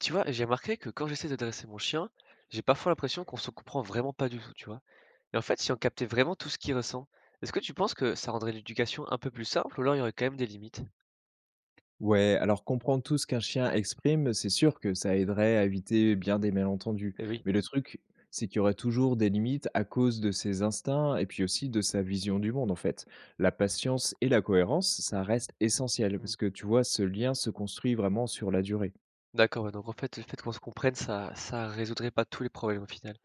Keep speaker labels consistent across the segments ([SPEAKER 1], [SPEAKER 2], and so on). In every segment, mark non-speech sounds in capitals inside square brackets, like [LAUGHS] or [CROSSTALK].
[SPEAKER 1] Tu vois, j'ai remarqué que quand j'essaie de dresser mon chien, j'ai parfois l'impression qu'on se comprend vraiment pas du tout, tu vois. Et en fait, si on captait vraiment tout ce qu'il ressent, est-ce que tu penses que ça rendrait l'éducation un peu plus simple ou alors il y aurait quand même des limites?
[SPEAKER 2] Ouais, alors comprendre tout ce qu'un chien exprime, c'est sûr que ça aiderait à éviter bien des malentendus.
[SPEAKER 1] Eh oui.
[SPEAKER 2] Mais le truc, c'est qu'il y aurait toujours des limites à cause de ses instincts et puis aussi de sa vision du monde, en fait. La patience et la cohérence, ça reste essentiel
[SPEAKER 1] Hmm.
[SPEAKER 2] parce que tu vois, ce lien se construit vraiment sur la durée.
[SPEAKER 1] D'accord, ouais, donc en fait, le fait qu'on se comprenne, ça résoudrait pas tous les problèmes au final.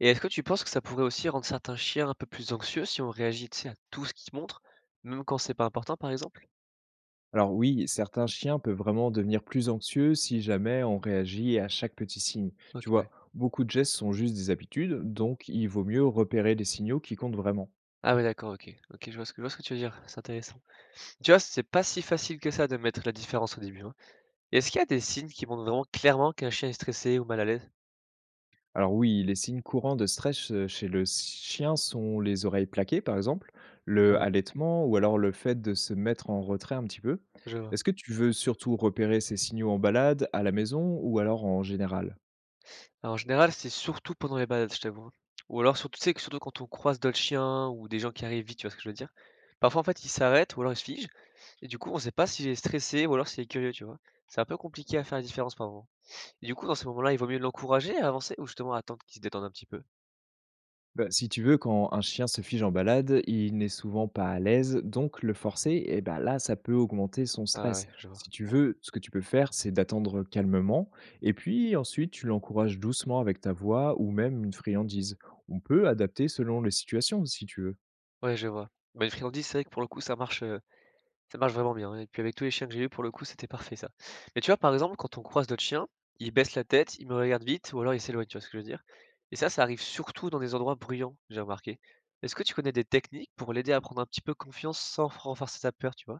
[SPEAKER 1] Et est-ce que tu penses que ça pourrait aussi rendre certains chiens un peu plus anxieux si on réagit, tu sais, à tout ce qu'ils montrent, même quand c'est pas important, par exemple?
[SPEAKER 2] Alors oui, certains chiens peuvent vraiment devenir plus anxieux si jamais on réagit à chaque petit signe.
[SPEAKER 1] Ok,
[SPEAKER 2] Tu
[SPEAKER 1] ouais.
[SPEAKER 2] vois, beaucoup de gestes sont juste des habitudes, donc il vaut mieux repérer les signaux qui comptent vraiment.
[SPEAKER 1] Ah ouais, d'accord, ok. Ok, je vois ce que tu veux dire. C'est intéressant. Tu vois, c'est pas si facile que ça de mettre la différence au début, hein. Est-ce qu'il y a des signes qui montrent vraiment clairement qu'un chien est stressé ou mal à l'aise?
[SPEAKER 2] Alors oui, les signes courants de stress chez le chien sont les oreilles plaquées, par exemple, le
[SPEAKER 1] Ah,
[SPEAKER 2] halètement ou alors le fait de se mettre en retrait un petit peu.
[SPEAKER 1] je vois.
[SPEAKER 2] Est-ce que tu veux surtout repérer ces signaux en balade, à la maison ou alors en général?
[SPEAKER 1] Alors, en général, c'est surtout pendant les balades, je t'avoue. Ou alors, surtout, tu sais, que surtout quand on croise d'autres chiens ou des gens qui arrivent vite, tu vois ce que je veux dire? Parfois, en fait, ils s'arrêtent ou alors ils se figent. Et du coup, on sait pas s'il est stressé ou alors s'il est curieux, tu vois? C'est un peu compliqué à faire la différence par moment. Et du coup, dans ces moments-là, il vaut mieux l'encourager à avancer ou justement attendre qu'il se détende un petit peu?
[SPEAKER 2] Bah, si tu veux, quand un chien se fige en balade, il n'est souvent pas à l'aise, donc le forcer, eh ben là, ça peut augmenter son
[SPEAKER 1] Ah
[SPEAKER 2] stress.
[SPEAKER 1] ouais, je
[SPEAKER 2] Si
[SPEAKER 1] vois.
[SPEAKER 2] tu veux, ce que tu peux faire, c'est d'attendre calmement, et puis ensuite, tu l'encourages doucement avec ta
[SPEAKER 1] Mm.
[SPEAKER 2] voix ou même une friandise. On peut adapter selon les situations, si tu veux.
[SPEAKER 1] Ouais, je vois. Bah, les friandises, c'est vrai que pour le coup, ça marche vraiment bien hein, et puis avec tous les chiens que j'ai eu, pour le coup, c'était parfait ça. Mais tu vois, par exemple, quand on croise d'autres chiens, ils baissent la tête, ils me regardent vite ou alors ils s'éloignent, tu vois ce que je veux dire? Et ça arrive surtout dans des endroits bruyants, j'ai remarqué. Est-ce que tu connais des techniques pour l'aider à prendre un petit peu confiance sans f renforcer sa peur, tu vois?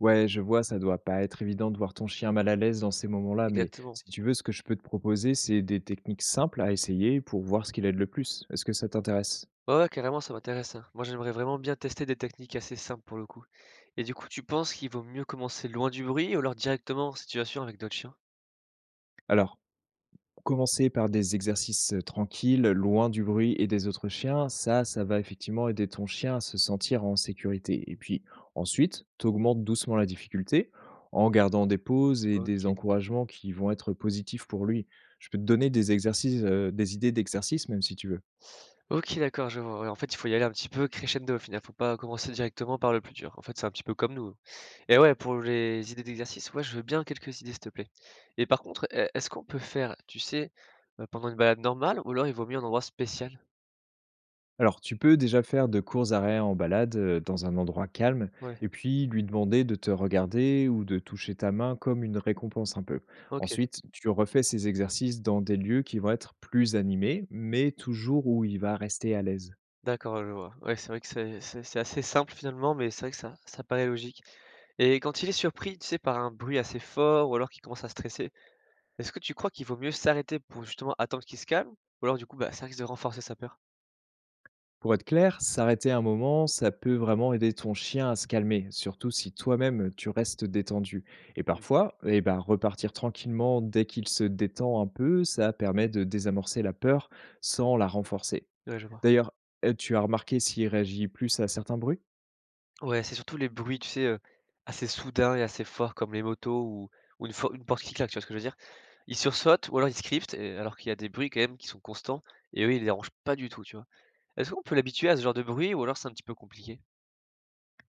[SPEAKER 2] Ouais, je vois, ça doit pas être évident de voir ton chien mal à l'aise dans ces moments-là, mais
[SPEAKER 1] Exactement.
[SPEAKER 2] si tu veux, ce que je peux te proposer, c'est des techniques simples à essayer pour voir ce qui l'aide le plus. Est-ce que ça t'intéresse?
[SPEAKER 1] Ouais, ouais, carrément, ça m'intéresse, hein. Moi, j'aimerais vraiment bien tester des techniques assez simples pour le coup. Et du coup, tu penses qu'il vaut mieux commencer loin du bruit ou alors directement en situation avec d'autres chiens?
[SPEAKER 2] Alors, commencer par des exercices, tranquilles, loin du bruit et des autres chiens, ça va effectivement aider ton chien à se sentir en sécurité et puis ensuite, tu augmentes doucement la difficulté en gardant des pauses et des
[SPEAKER 1] Ok.
[SPEAKER 2] encouragements qui vont être positifs pour lui. Je peux te donner des exercices, des idées d'exercices même si tu veux.
[SPEAKER 1] OK, d'accord, je vois, ouais, en fait, il faut y aller un petit peu crescendo au final, faut pas commencer directement par le plus dur. En fait, c'est un petit peu comme nous. Et ouais, pour les idées d'exercices, ouais, je veux bien quelques idées, s'il te plaît. Et par contre, e est-ce qu'on peut faire, tu sais, pendant une balade normale ou alors il vaut mieux un endroit spécial?
[SPEAKER 2] Alors, tu peux déjà faire de courts arrêts en balade dans un endroit calme
[SPEAKER 1] Ouais,
[SPEAKER 2] et puis lui demander de te regarder ou de toucher ta main comme une récompense un peu.
[SPEAKER 1] OK,
[SPEAKER 2] Ensuite, tu refais ces exercices dans des lieux qui vont être plus animés, mais toujours où il va rester à l'aise.
[SPEAKER 1] d'accord, je vois. Ouais, c'est vrai que c'est assez simple finalement, mais c'est vrai que ça paraît logique. Et quand il est surpris, tu sais, par un bruit assez fort ou alors qu'il commence à stresser, est-ce que tu crois qu'il vaut mieux s'arrêter pour justement attendre qu'il se calme? Ou alors du coup, bah, ça risque de renforcer sa peur?
[SPEAKER 2] Pour être clair, s'arrêter un moment, ça peut vraiment aider ton chien à se calmer, surtout si toi-même tu restes détendu. Et
[SPEAKER 1] Mmh.
[SPEAKER 2] parfois, eh ben, repartir tranquillement dès qu'il se détend un peu, ça permet de désamorcer la peur sans la renforcer.
[SPEAKER 1] Ouais, je vois.
[SPEAKER 2] D'ailleurs, tu as remarqué s'il réagit plus à certains bruits?
[SPEAKER 1] Ouais, c'est surtout les bruits, tu sais, assez soudains et assez forts comme les motos ou une porte qui claque, tu vois ce que je veux dire? Ils sursautent ou alors ils scriptent et alors qu'il y a des bruits quand même qui sont constants et eux, ils les dérangent pas du tout, tu vois? Est-ce qu'on peut l'habituer à ce genre de bruit ou alors c'est un petit peu compliqué?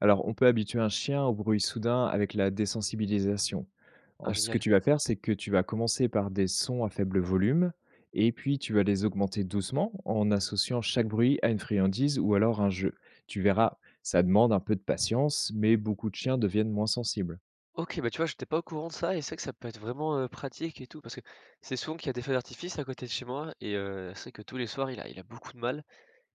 [SPEAKER 2] Alors, on peut habituer un chien au bruit soudain avec la désensibilisation.
[SPEAKER 1] Ah
[SPEAKER 2] En ce que
[SPEAKER 1] génial.
[SPEAKER 2] tu vas faire, c'est que tu vas commencer par des sons à faible volume et puis tu vas les augmenter doucement en associant chaque bruit à une friandise ou alors un jeu. Tu
[SPEAKER 1] Mmh.
[SPEAKER 2] verras, ça demande un peu de patience, mais beaucoup de chiens deviennent moins sensibles.
[SPEAKER 1] OK, bah, tu vois, j'étais pas au courant de ça et c'est vrai que ça peut être vraiment pratique et tout parce que c'est souvent qu'il y a des feux d'artifice à côté de chez moi et c'est vrai que tous les soirs, il a beaucoup de mal.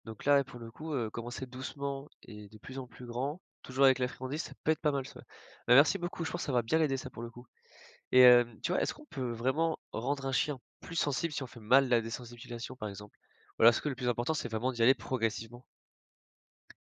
[SPEAKER 1] Donc là, ouais, pour le coup, commencer doucement et de plus en plus grand, toujours avec la friandise, ça peut être pas mal ça. Bah, merci beaucoup, je pense que ça va bien l'aider ça pour le coup et tu vois, est-ce qu'on peut vraiment rendre un chien plus sensible si on fait mal la désensibilisation, par exemple? Ou est-ce que le plus important, c'est vraiment d'y aller progressivement?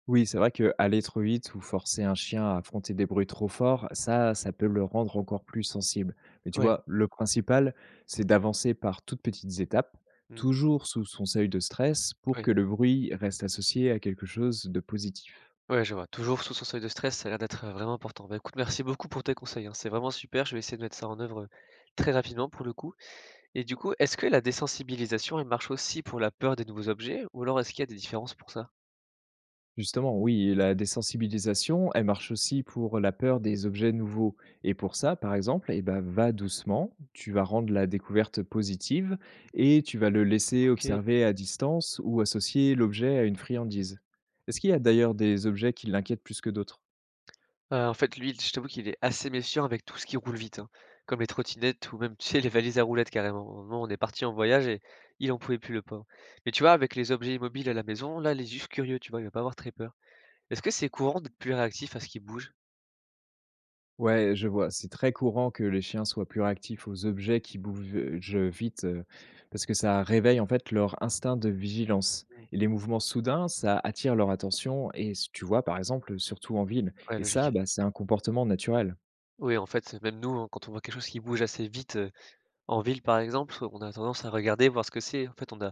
[SPEAKER 2] Oui, c'est vrai que aller trop vite ou forcer un chien à affronter des bruits trop forts, ça peut le rendre encore plus sensible. Mais tu
[SPEAKER 1] Ouais,
[SPEAKER 2] vois, le principal, c'est d'avancer par toutes petites étapes,
[SPEAKER 1] mmh,
[SPEAKER 2] toujours sous son seuil de stress, pour
[SPEAKER 1] ouais,
[SPEAKER 2] que le bruit reste associé à quelque chose de positif.
[SPEAKER 1] ouais, je vois. Toujours sous son seuil de stress, ça a l'air d'être vraiment important. Bah, écoute, merci beaucoup pour tes conseils, hein, c'est vraiment super. Je vais essayer de mettre ça en œuvre, très rapidement pour le coup et du coup, est-ce que la désensibilisation, elle marche aussi pour la peur des nouveaux objets ou alors est-ce qu'il y a des différences pour ça?
[SPEAKER 2] Justement, oui, la désensibilisation, elle marche aussi pour la peur des objets nouveaux. Et pour ça, par exemple, eh ben, va doucement, tu vas rendre la découverte positive et tu vas le laisser
[SPEAKER 1] OK.
[SPEAKER 2] observer à distance ou associer l'objet à une friandise. Est-ce qu'il y a d'ailleurs des objets qui l'inquiètent plus que d'autres?
[SPEAKER 1] En fait, lui, il je t'avoue qu'il est assez méfiant avec tout ce qui roule vite, hein, comme les trottinettes ou même, tu sais, les valises à roulettes carrément. Au moment où on est parti en voyage et il en pouvait plus, le pauvre. Mais tu vois, avec les objets immobiles à la maison, là, il est juste curieux, tu vois? Il va pas avoir très peur. Est-ce que c'est courant d'être plus réactif à ce qui bouge?
[SPEAKER 2] Ouais, je vois. C'est très courant que les chiens soient plus réactifs aux objets qui bougent vite, parce que ça réveille en fait leur instinct de vigilance.
[SPEAKER 1] Mmh.
[SPEAKER 2] Et les mouvements soudains, ça attire leur attention, et tu vois, par exemple, surtout en ville.
[SPEAKER 1] Ouais,
[SPEAKER 2] Et ça,
[SPEAKER 1] logique.
[SPEAKER 2] bah, c'est un comportement naturel.
[SPEAKER 1] Oui, en fait, même nous, hein, quand on voit quelque chose qui bouge assez vite en ville, par exemple, on a tendance à regarder, voir ce que c'est. En fait, on a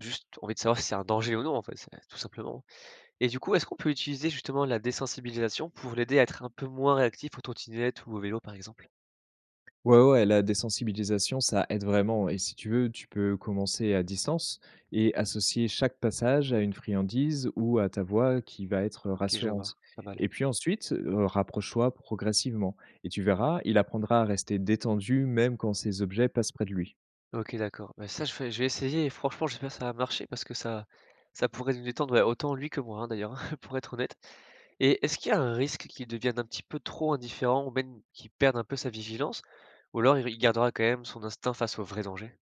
[SPEAKER 1] juste envie de savoir si c'est un danger ou non, en fait, c'est tout simplement. Et du coup, est-ce qu'on peut utiliser justement la désensibilisation pour l'aider à être un peu moins réactif aux trottinettes ou au vélo, par exemple?
[SPEAKER 2] Ouais, ouais, la désensibilisation, ça aide vraiment et si tu veux, tu peux commencer à distance et associer chaque passage à une friandise ou à ta voix qui va être
[SPEAKER 1] OK, je vois,
[SPEAKER 2] rassurante
[SPEAKER 1] pas mal.
[SPEAKER 2] et puis ensuite, rapproche-toi progressivement et tu verras, il apprendra à rester détendu même quand ces objets passent près de lui.
[SPEAKER 1] OK, d'accord. Bah, ça, je vais essayer et franchement, j'espère que ça va marcher parce que ça pourrait nous détendre, ouais, autant lui que moi, hein, d'ailleurs, [LAUGHS] pour être honnête. Et est-ce qu'il y a un risque qu'il devienne un petit peu trop indifférent ou même qu'il perde un peu sa vigilance? Ou alors il gardera quand même son instinct face aux vrais dangers?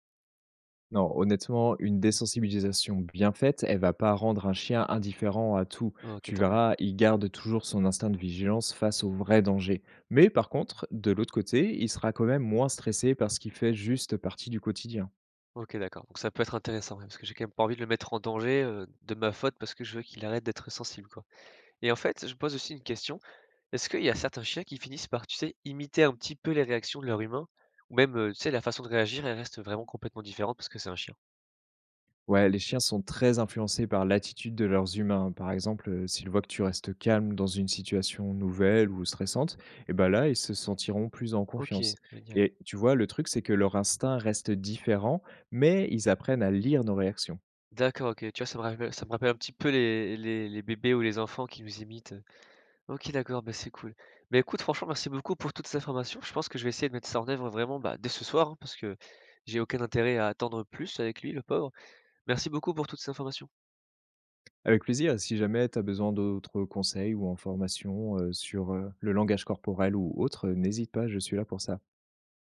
[SPEAKER 2] Non, honnêtement, une désensibilisation bien faite, elle va pas rendre un chien indifférent à tout.
[SPEAKER 1] Ah OK,
[SPEAKER 2] Tu
[SPEAKER 1] tant mieux.
[SPEAKER 2] verras, il garde toujours son instinct de vigilance face aux vrais dangers. Mais par contre, de l'autre côté, il sera quand même moins stressé parce qu'il fait juste partie du quotidien.
[SPEAKER 1] OK, d'accord, donc ça peut être intéressant, ouais, parce que j'ai quand même pas envie de le mettre en danger, de ma faute parce que je veux qu'il arrête d'être sensible, quoi. Et en fait, je me pose aussi une question. Est-ce qu'il y a certains chiens qui finissent par, tu sais, imiter un petit peu les réactions de leur humain? Ou même, tu sais, la façon de réagir, elle reste vraiment complètement différente parce que c'est un chien?
[SPEAKER 2] Ouais, les chiens sont très influencés par l'attitude de leurs humains. Par exemple, s'ils voient que tu restes calme dans une situation nouvelle ou stressante, et ben là, ils se sentiront plus en
[SPEAKER 1] OK,
[SPEAKER 2] confiance.
[SPEAKER 1] génial.
[SPEAKER 2] Et tu vois, le truc, c'est que leur instinct reste différent, mais ils apprennent à lire nos réactions.
[SPEAKER 1] D'accord, OK. Tu vois, ça me rappelle un petit peu les bébés ou les enfants qui nous imitent, OK, d'accord, bah, c'est cool. Mais écoute, franchement, merci beaucoup pour toutes ces informations. Je pense que je vais essayer de mettre ça en œuvre vraiment, bah, dès ce soir, hein, parce que j'ai aucun intérêt à attendre plus avec lui, le pauvre. Merci beaucoup pour toutes ces informations.
[SPEAKER 2] Avec plaisir, si jamais tu as besoin d'autres conseils ou informations, sur, le langage corporel ou autre, n'hésite pas, je suis là pour ça.